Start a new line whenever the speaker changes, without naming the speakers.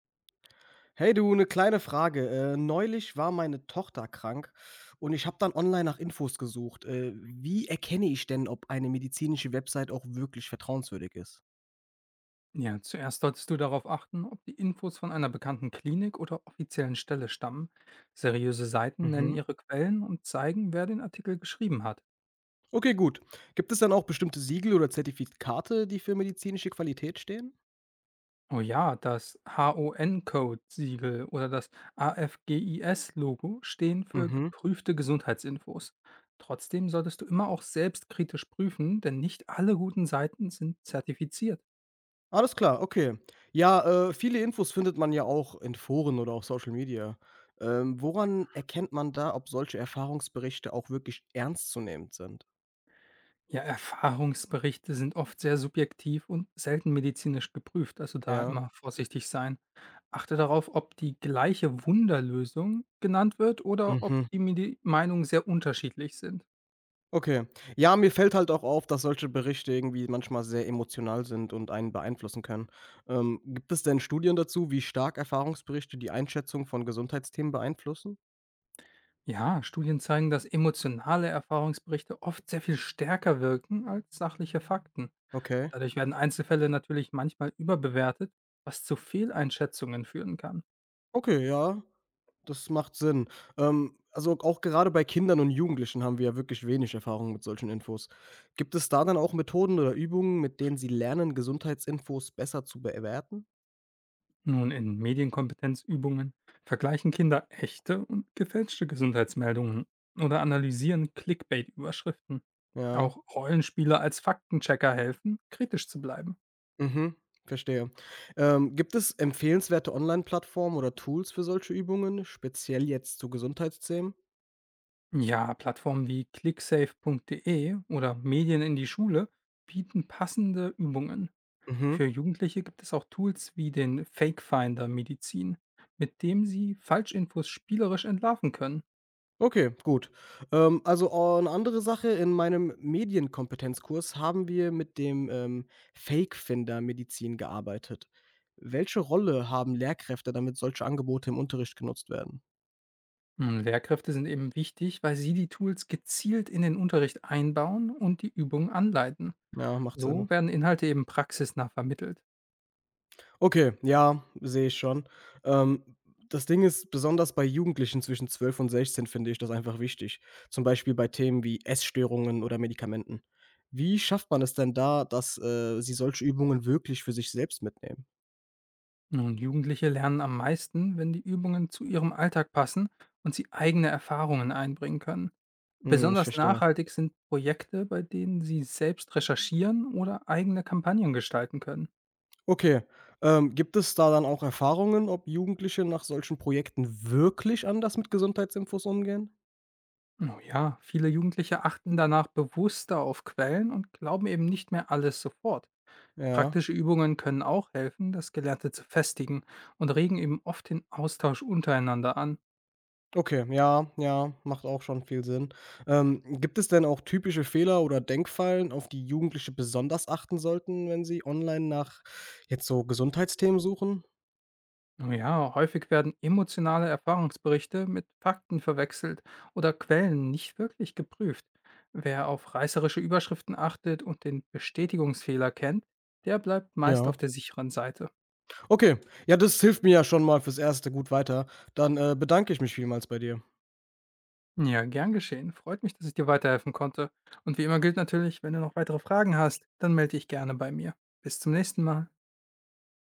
Hey du, eine kleine Frage. Neulich war meine Tochter krank und ich habe dann online nach Infos gesucht. Wie erkenne ich denn, ob eine medizinische Website auch wirklich vertrauenswürdig ist?
Ja, zuerst solltest du darauf achten, ob die Infos von einer bekannten Klinik oder offiziellen Stelle stammen. Seriöse Seiten nennen
Mhm.
ihre Quellen und zeigen, wer den Artikel geschrieben hat.
Okay, gut. Gibt es dann auch bestimmte Siegel oder Zertifikate, die für medizinische Qualität stehen?
Oh ja, das HON-Code-Siegel oder das AFGIS-Logo stehen für
Mhm.
geprüfte Gesundheitsinfos. Trotzdem solltest du immer auch selbst kritisch prüfen, denn nicht alle guten Seiten sind zertifiziert.
Alles klar, okay. Ja, viele Infos findet man ja auch in Foren oder auf Social Media. Woran erkennt man da, ob solche Erfahrungsberichte auch wirklich ernst zu nehmen sind?
Ja, Erfahrungsberichte sind oft sehr subjektiv und selten medizinisch geprüft, also da
Ja.
immer vorsichtig sein. Achte darauf, ob die gleiche Wunderlösung genannt wird oder ob
Mhm.
die Medi Meinungen sehr unterschiedlich sind.
Okay. Ja, mir fällt halt auch auf, dass solche Berichte irgendwie manchmal sehr emotional sind und einen beeinflussen können. Gibt es denn Studien dazu, wie stark Erfahrungsberichte die Einschätzung von Gesundheitsthemen beeinflussen?
Ja, Studien zeigen, dass emotionale Erfahrungsberichte oft sehr viel stärker wirken als sachliche Fakten.
Okay.
Dadurch werden Einzelfälle natürlich manchmal überbewertet, was zu Fehleinschätzungen führen kann.
Okay, ja, das macht Sinn. Also auch gerade bei Kindern und Jugendlichen haben wir ja wirklich wenig Erfahrung mit solchen Infos. Gibt es da dann auch Methoden oder Übungen, mit denen sie lernen, Gesundheitsinfos besser zu bewerten?
Nun, in Medienkompetenzübungen vergleichen Kinder echte und gefälschte Gesundheitsmeldungen oder analysieren Clickbait-Überschriften.
Ja.
Auch Rollenspiele als Faktenchecker helfen, kritisch zu bleiben.
Mhm, verstehe. Gibt es empfehlenswerte Online-Plattformen oder Tools für solche Übungen, speziell jetzt zu Gesundheitsthemen?
Ja, Plattformen wie clicksafe.de oder Medien in die Schule bieten passende Übungen.
Mhm.
Für Jugendliche gibt es auch Tools wie den Fake Finder Medizin, mit dem sie Falschinfos spielerisch entlarven können.
Okay, gut. Eine andere Sache, in meinem Medienkompetenzkurs haben wir mit dem Fake-Finder Medizin gearbeitet. Welche Rolle haben Lehrkräfte, damit solche Angebote im Unterricht genutzt werden?
Hm, Lehrkräfte sind eben wichtig, weil sie die Tools gezielt in den Unterricht einbauen und die Übungen anleiten.
Ja, macht Sinn.
So werden Inhalte eben praxisnah vermittelt.
Okay, ja, sehe ich schon. Ähm, Das Ding ist, besonders bei Jugendlichen zwischen 12 und 16 finde ich das einfach wichtig. Zum Beispiel bei Themen wie Essstörungen oder Medikamenten. Wie schafft man es denn da, dass sie solche Übungen wirklich für sich selbst mitnehmen?
Nun, Jugendliche lernen am meisten, wenn die Übungen zu ihrem Alltag passen und sie eigene Erfahrungen einbringen können.
Hm, ich
Besonders
verstehe.
nachhaltig sind Projekte, bei denen sie selbst recherchieren oder eigene Kampagnen gestalten können.
Okay, gibt es da dann auch Erfahrungen, ob Jugendliche nach solchen Projekten wirklich anders mit Gesundheitsinfos umgehen?
Oh ja, viele Jugendliche achten danach bewusster auf Quellen und glauben eben nicht mehr alles sofort.
Ja.
Praktische Übungen können auch helfen, das Gelernte zu festigen und regen eben oft den Austausch untereinander an.
Okay, ja, ja, macht auch schon viel Sinn. Gibt es denn auch typische Fehler oder Denkfallen, auf die Jugendliche besonders achten sollten, wenn sie online nach jetzt so Gesundheitsthemen suchen?
Ja, häufig werden emotionale Erfahrungsberichte mit Fakten verwechselt oder Quellen nicht wirklich geprüft. Wer auf reißerische Überschriften achtet und den Bestätigungsfehler kennt, der bleibt meist
Ja.
auf der sicheren Seite.
Okay, ja, das hilft mir ja schon mal fürs Erste gut weiter. Dann bedanke ich mich vielmals bei dir.
Ja, gern geschehen. Freut mich, dass ich dir weiterhelfen konnte. Und wie immer gilt natürlich, wenn du noch weitere Fragen hast, dann melde dich gerne bei mir. Bis zum nächsten Mal.